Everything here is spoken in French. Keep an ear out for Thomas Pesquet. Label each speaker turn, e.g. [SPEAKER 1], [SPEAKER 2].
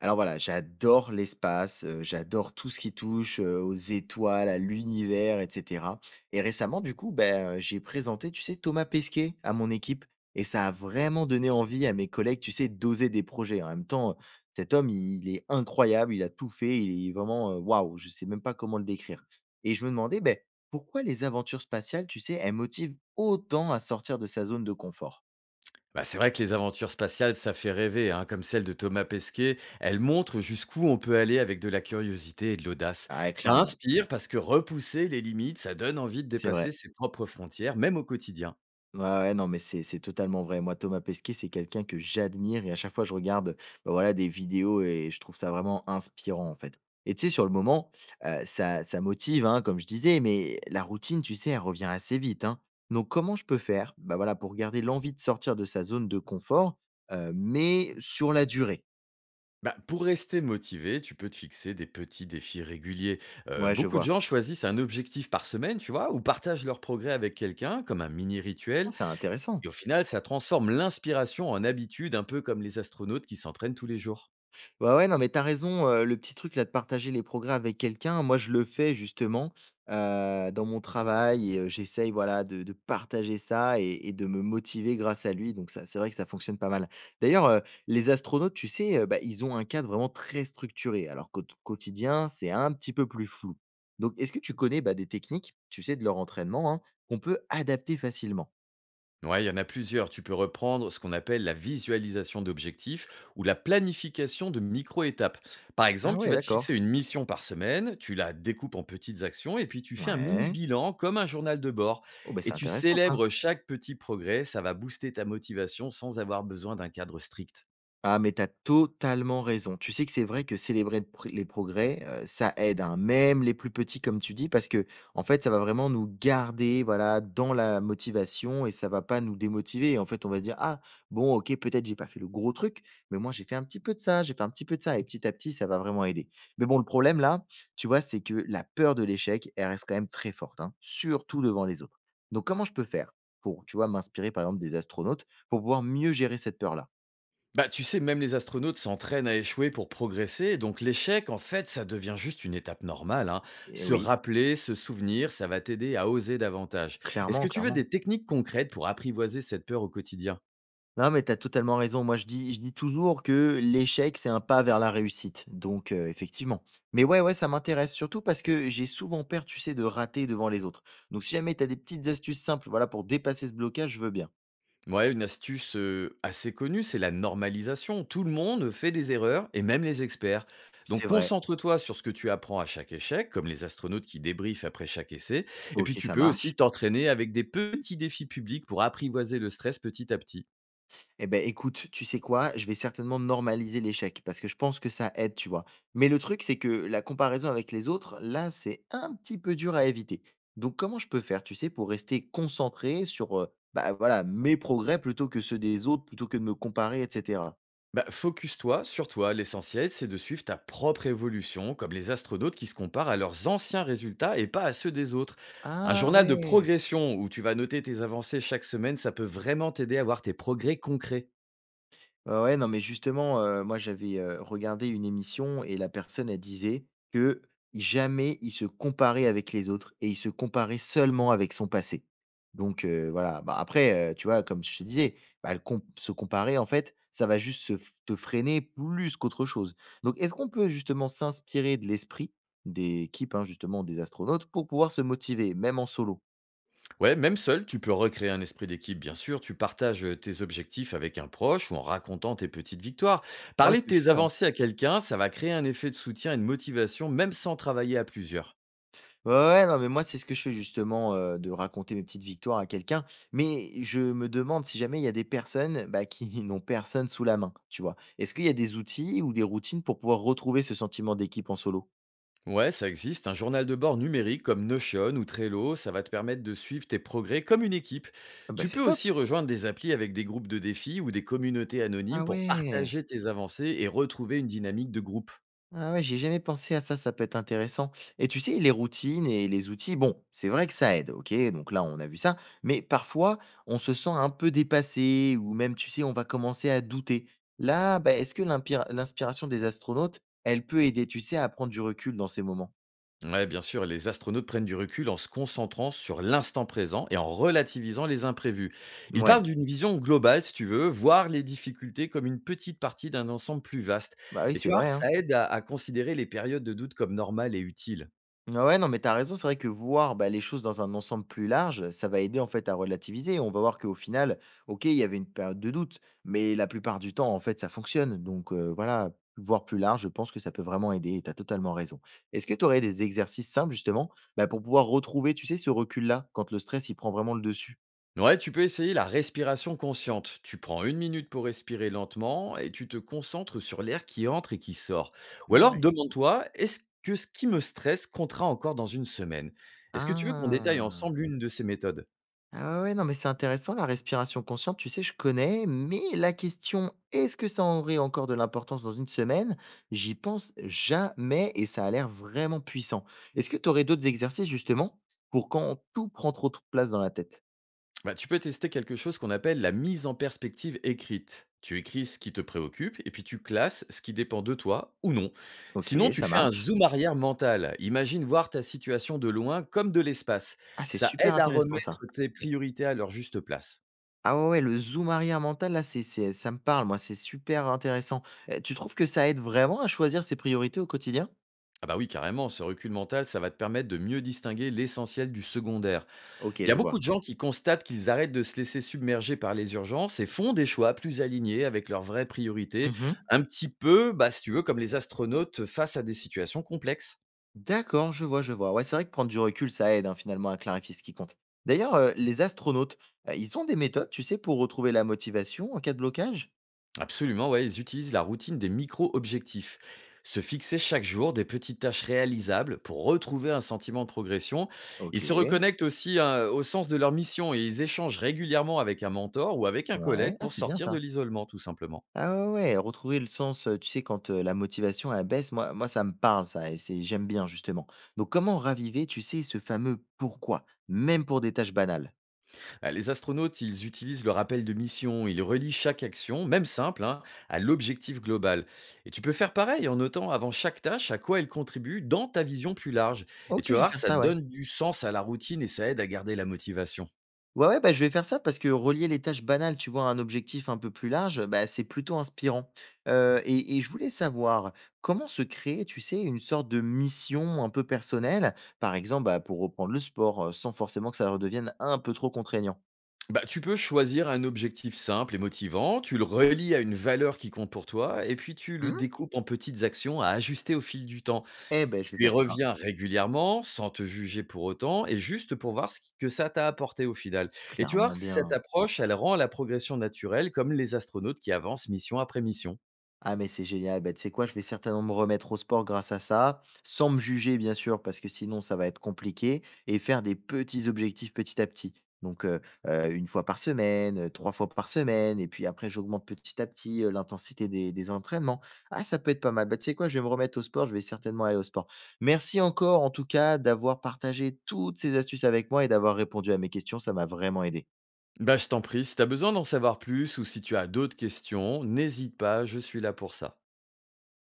[SPEAKER 1] Alors voilà, j'adore l'espace, j'adore tout ce qui touche, aux étoiles, à l'univers et cetera et récemment du coup, ben, j'ai présenté, tu sais, Thomas Pesquet à mon équipe et ça a vraiment donné envie à mes collègues, tu sais, d'oser des projets. En même temps, cet homme, il est incroyable, il a tout fait, il est vraiment, waouh, je sais même pas comment le décrire et je me demandais, ben, pourquoi les aventures spatiales, tu sais, elles motivent autant à sortir de sa zone de confort?
[SPEAKER 2] Bah, c'est vrai que les aventures spatiales, ça fait rêver, hein, comme celle de Thomas Pesquet. Elles montrent jusqu'où on peut aller avec de la curiosité et de l'audace.
[SPEAKER 1] Ah ouais,
[SPEAKER 2] Ça
[SPEAKER 1] clairement,
[SPEAKER 2] inspire parce que repousser les limites, ça donne envie de
[SPEAKER 1] c'est vrai.
[SPEAKER 2] dépasser ses propres frontières, même au quotidien.
[SPEAKER 1] Ouais, ouais, non, mais c'est totalement vrai. Moi, Thomas Pesquet, c'est quelqu'un que j'admire et à chaque fois, je regarde, bah, voilà, des vidéos et je trouve ça vraiment inspirant, en fait. Et tu sais, sur le moment, ça motive, hein, comme je disais, mais la routine, tu sais, elle revient assez vite, hein. Donc comment je peux faire, bah, voilà, pour garder l'envie de sortir de sa zone de confort, mais sur la durée?
[SPEAKER 2] Bah, pour rester motivé, tu peux te fixer des petits défis réguliers.
[SPEAKER 1] Ouais, je
[SPEAKER 2] Beaucoup de
[SPEAKER 1] vois.
[SPEAKER 2] gens choisissent un objectif par semaine, tu vois, ou partagent leur progrès avec quelqu'un, comme un mini
[SPEAKER 1] Ah,
[SPEAKER 2] rituel.
[SPEAKER 1] c'est intéressant.
[SPEAKER 2] Et au final, ça transforme l'inspiration en habitude, un peu comme les astronautes qui s'entraînent tous les jours.
[SPEAKER 1] Ouais, ouais, non, mais t'as raison, le petit truc là de partager les progrès avec quelqu'un, moi je le fais justement, dans mon travail et j'essaye voilà de partager ça et de me motiver grâce à lui, donc ça, c'est vrai que ça fonctionne pas mal. D'ailleurs, les astronautes, tu sais, bah, ils ont un cadre vraiment très structuré, alors qu'au t quotidien, c'est un petit peu plus flou. Donc est-ce que tu connais, bah, des techniques, tu sais, de leur entraînement, hein, qu'on peut adapter facilement?
[SPEAKER 2] Ouais, il y en a plusieurs. Tu peux reprendre ce qu'on appelle la visualisation d'objectifs ou la planification de micro-étapes. Par
[SPEAKER 1] Ah
[SPEAKER 2] exemple, tu
[SPEAKER 1] ouais,
[SPEAKER 2] vas te fixer
[SPEAKER 1] d'accord.
[SPEAKER 2] une mission par semaine, tu la découpes en petites actions et puis tu fais un mini
[SPEAKER 1] Ouais.
[SPEAKER 2] bilan comme un journal de bord
[SPEAKER 1] Oh, bah,
[SPEAKER 2] et
[SPEAKER 1] c'est
[SPEAKER 2] tu
[SPEAKER 1] intéressant ça.
[SPEAKER 2] célèbres chaque petit progrès. Ça va booster ta motivation sans avoir besoin d'un cadre strict.
[SPEAKER 1] Ah, mais t'as totalement raison. Tu sais que c'est vrai que célébrer les progrès, ça aide, hein, même les plus petits comme tu dis, parce que en fait, ça va vraiment nous garder, voilà, dans la motivation et ça va pas nous démotiver. En fait, on va se dire: «Ah bon, OK, peut-être j'ai pas fait le gros truc, mais moi j'ai fait un petit peu de ça, j'ai fait un petit peu de ça» et petit à petit, ça va vraiment aider. Mais bon, le problème là, tu vois, c'est que la peur de l'échec, elle reste quand même très forte, hein, surtout devant les autres. Donc comment je peux faire pour, tu vois, m'inspirer par exemple des astronautes pour pouvoir mieux gérer cette peur là?
[SPEAKER 2] Bah, tu sais, même les astronautes s'entraînent à échouer pour progresser, donc l'échec, en fait, ça devient juste une étape normale, hein.
[SPEAKER 1] Eh
[SPEAKER 2] Se
[SPEAKER 1] oui.
[SPEAKER 2] rappeler, se souvenir, ça va t'aider à oser davantage. Est-ce que
[SPEAKER 1] Clairement,
[SPEAKER 2] tu veux
[SPEAKER 1] clairement.
[SPEAKER 2] des techniques concrètes pour apprivoiser cette peur au quotidien?
[SPEAKER 1] Non, mais tu as totalement raison. Moi, je dis toujours que l'échec, c'est un pas vers la réussite. Donc, effectivement. Mais ouais, ouais, ça m'intéresse surtout parce que j'ai souvent peur, tu sais, de rater devant les autres. Donc si jamais tu as des petites astuces simples, voilà, pour dépasser ce blocage, je veux bien.
[SPEAKER 2] Ouais, une astuce assez connue, c'est la normalisation. Tout le monde fait des erreurs, et même les experts. Donc
[SPEAKER 1] C'est vrai.
[SPEAKER 2] concentre-toi sur ce que tu apprends à chaque échec, comme les astronautes qui débriefent après chaque essai. Et puis
[SPEAKER 1] OK,
[SPEAKER 2] tu
[SPEAKER 1] ça
[SPEAKER 2] peux
[SPEAKER 1] marche.
[SPEAKER 2] aussi t'entraîner avec des petits défis publics pour apprivoiser le stress petit à petit.
[SPEAKER 1] Eh ben écoute, tu sais quoi? Je vais certainement normaliser l'échec parce que je pense que ça aide, tu vois? Mais le truc, c'est que la comparaison avec les autres, là, c'est un petit peu dur à éviter. Donc, comment je peux faire, tu sais, pour rester concentré sur, bah, voilà, mes progrès plutôt que ceux des autres, plutôt que de me comparer, et cetera?
[SPEAKER 2] Bah, focus-toi sur toi. L'essentiel, c'est de suivre ta propre évolution, comme les astronautes qui se comparent à leurs anciens résultats et pas à ceux des autres. Un
[SPEAKER 1] Ah
[SPEAKER 2] journal de
[SPEAKER 1] ouais!
[SPEAKER 2] progression où tu vas noter tes avancées chaque semaine, ça peut vraiment t'aider à voir tes progrès concrets.
[SPEAKER 1] Ouais, non, mais justement, moi, j'avais, regardé une émission et la personne, elle disait que jamais il se comparait avec les autres et il se comparait seulement avec son passé. Donc voilà, bah, après, tu vois, comme je te disais, bah, le com se comparer, en fait, ça va juste se f te freiner plus qu'autre chose. Donc est-ce qu'on peut justement s'inspirer de l'esprit d'équipe, hein, justement, des astronautes pour pouvoir se motiver, même en solo?
[SPEAKER 2] Ouais, même seul, tu peux recréer un esprit d'équipe, bien sûr. Tu partages tes objectifs avec un proche ou en racontant tes petites victoires.
[SPEAKER 1] Moi,
[SPEAKER 2] Parler
[SPEAKER 1] ce
[SPEAKER 2] de
[SPEAKER 1] que je
[SPEAKER 2] tes
[SPEAKER 1] fais, ouais.
[SPEAKER 2] avancées à quelqu'un, ça va créer un effet de soutien et de motivation, même sans travailler à plusieurs.
[SPEAKER 1] Ouais, ouais, ouais, non, mais moi, c'est ce que je fais justement, de raconter mes petites victoires à quelqu'un. Mais je me demande si jamais il y a des personnes, bah, qui n'ont personne sous la main, tu vois? Est-ce qu'il y a des outils ou des routines pour pouvoir retrouver ce sentiment d'équipe en solo?
[SPEAKER 2] Ouais, ça existe. Un journal de bord numérique comme Notion ou Trello, ça va te permettre de suivre tes progrès comme une équipe.
[SPEAKER 1] Ah bah,
[SPEAKER 2] Tu
[SPEAKER 1] c'est
[SPEAKER 2] peux
[SPEAKER 1] top!
[SPEAKER 2] aussi rejoindre des applis avec des groupes de défis ou des communautés
[SPEAKER 1] Ah
[SPEAKER 2] anonymes pour
[SPEAKER 1] ouais!
[SPEAKER 2] partager tes avancées et retrouver une dynamique de groupe.
[SPEAKER 1] Ah ouais, j'ai jamais pensé à ça, ça peut être intéressant. Et tu sais, les routines et les outils, bon, c'est vrai que ça aide, ok, donc là on a vu ça, mais parfois on se sent un peu dépassé ou même, tu sais, on va commencer à douter. Là, bah, est-ce que l'inspiration des astronautes, elle peut aider, tu sais, à prendre du recul dans ces moments?
[SPEAKER 2] Ouais, bien sûr, les astronautes prennent du recul en se concentrant sur l'instant présent et en relativisant les imprévus. Ils
[SPEAKER 1] Ouais,
[SPEAKER 2] parlent d'une vision globale, si tu veux, voir les difficultés comme une petite partie d'un ensemble plus vaste.
[SPEAKER 1] bah oui,
[SPEAKER 2] Et tu
[SPEAKER 1] c'est
[SPEAKER 2] vois,
[SPEAKER 1] vrai, hein.
[SPEAKER 2] ça aide à considérer les périodes de doute comme normales et utiles.
[SPEAKER 1] Ah ouais, non, mais t'as raison. C'est vrai que voir, bah, les choses dans un ensemble plus large, ça va aider en fait à relativiser. On va voir qu'au final, OK, il y avait une période de doute, mais la plupart du temps, en fait, ça fonctionne. Donc voilà, voir plus large, je pense que ça peut vraiment aider. Tu as totalement raison. Est-ce que tu aurais des exercices simples, justement, bah, pour pouvoir retrouver, tu sais, ce recul-là, quand le stress, il prend vraiment le dessus?
[SPEAKER 2] Ouais, tu peux essayer la respiration consciente. Tu prends une minute pour respirer lentement et tu te concentres sur l'air qui entre et qui sort. Ou alors
[SPEAKER 1] Ouais.
[SPEAKER 2] demande-toi, est-ce que ce qui me stresse comptera encore dans une semaine? Est-ce que tu veux qu'on détaille
[SPEAKER 1] Ah!
[SPEAKER 2] ensemble une de ces méthodes?
[SPEAKER 1] Ah ouais, ouais, non, mais c'est intéressant la respiration consciente, tu sais, je connais, mais la question est-ce que ça aurait encore de l'importance dans une semaine? J'y pense jamais et ça a l'air vraiment puissant. Est-ce que tu aurais d'autres exercices justement pour quand tout prend trop de place dans la tête?
[SPEAKER 2] Bah, tu peux tester quelque chose qu'on appelle la mise en perspective écrite. Tu écris ce qui te préoccupe et puis tu classes ce qui dépend de toi ou non.
[SPEAKER 1] Ok,
[SPEAKER 2] Sinon, tu
[SPEAKER 1] ça
[SPEAKER 2] fais un
[SPEAKER 1] marche.
[SPEAKER 2] zoom arrière mental. Imagine voir ta situation de loin comme de l'espace.
[SPEAKER 1] Ah, c'est
[SPEAKER 2] Ça
[SPEAKER 1] super
[SPEAKER 2] aide à
[SPEAKER 1] intéressant ça.
[SPEAKER 2] remettre tes priorités à leur juste place.
[SPEAKER 1] Ah ouais, ouais, le zoom arrière mental, là, ça me parle, moi, c'est super intéressant. Tu trouves que ça aide vraiment à choisir ses priorités au quotidien?
[SPEAKER 2] Ah bah oui, carrément, ce recul mental, ça va te permettre de mieux distinguer l'essentiel du secondaire.
[SPEAKER 1] Ok,
[SPEAKER 2] Il y a
[SPEAKER 1] je
[SPEAKER 2] beaucoup
[SPEAKER 1] vois.
[SPEAKER 2] de gens qui constatent qu'ils arrêtent de se laisser submerger par les urgences et font des choix plus alignés avec leurs vraies priorités,
[SPEAKER 1] Mhm.
[SPEAKER 2] un petit peu, bah, si tu veux, comme les astronautes face à des situations complexes.
[SPEAKER 1] D'accord, je vois, je vois. Ouais, c'est vrai que prendre du recul, ça aide hein, finalement à clarifier ce qui compte. D'ailleurs, les astronautes, ils ont des méthodes, tu sais, pour retrouver la motivation en cas de blocage.
[SPEAKER 2] Absolument, ouais, ils utilisent la routine des micro-objectifs. Se fixer chaque jour des petites tâches réalisables pour retrouver un sentiment de progression.
[SPEAKER 1] Ok.
[SPEAKER 2] Ils se reconnectent aussi, hein, au sens de leur mission et ils échangent régulièrement avec un mentor ou avec un
[SPEAKER 1] Ouais,
[SPEAKER 2] collègue
[SPEAKER 1] ah,
[SPEAKER 2] pour
[SPEAKER 1] c'est bien
[SPEAKER 2] sortir de
[SPEAKER 1] ça.
[SPEAKER 2] l'isolement, tout simplement.
[SPEAKER 1] Ah ouais, ouais, retrouver le sens, tu sais, quand la motivation elle baisse, moi ça me parle ça, et c'est j'aime bien justement. Donc comment raviver, tu sais, ce fameux pourquoi, même pour des tâches banales?
[SPEAKER 2] Les astronautes, ils utilisent le rappel de mission, ils relient chaque action, même simple, hein, à l'objectif global. Et tu peux faire pareil en notant avant chaque tâche à quoi elle contribue dans ta vision plus large. Et
[SPEAKER 1] Ok,
[SPEAKER 2] tu
[SPEAKER 1] je
[SPEAKER 2] vas
[SPEAKER 1] vais
[SPEAKER 2] voir,
[SPEAKER 1] faire
[SPEAKER 2] ça
[SPEAKER 1] ça, ouais.
[SPEAKER 2] donne du sens à la routine et ça aide à garder la motivation.
[SPEAKER 1] Ouais, ouais, bah, je vais faire ça parce que relier les tâches banales, tu vois, à un objectif un peu plus large, bah, c'est plutôt inspirant. Et je voulais savoir comment se créer, tu sais, une sorte de mission un peu personnelle, par exemple, bah, pour reprendre le sport, sans forcément que ça redevienne un peu trop contraignant.
[SPEAKER 2] Bah, tu peux choisir un objectif simple et motivant, tu le relis à une valeur qui compte pour toi, et puis tu le
[SPEAKER 1] Hmm.
[SPEAKER 2] découpes en petites actions à ajuster au fil du temps.
[SPEAKER 1] Eh ben, je vais
[SPEAKER 2] Tu y
[SPEAKER 1] faire ça,
[SPEAKER 2] reviens régulièrement, sans te juger pour autant, et juste pour voir ce que ça t'a apporté au final. Et tu vois,
[SPEAKER 1] clairement
[SPEAKER 2] cette
[SPEAKER 1] bien.
[SPEAKER 2] approche, elle rend la progression naturelle, comme les astronautes qui avancent mission après mission.
[SPEAKER 1] Ah mais c'est génial, bah, tu sais quoi? Je vais certainement me remettre au sport grâce à ça, sans me juger bien sûr, parce que sinon ça va être compliqué et faire des petits objectifs petit à petit. Donc, 1 fois par semaine, 3 fois par semaine et puis après j'augmente petit à petit, l'intensité des entraînements. Ah ça peut être pas mal. Bah, tu sais quoi? Je vais me remettre au sport, je vais certainement aller au sport. Merci encore en tout cas d'avoir partagé toutes ces astuces avec moi et d'avoir répondu à mes questions, ça m'a vraiment aidé.
[SPEAKER 2] Bah, je t'en prie, si t'as besoin d'en savoir plus ou si tu as d'autres questions, n'hésite pas, je suis là pour ça.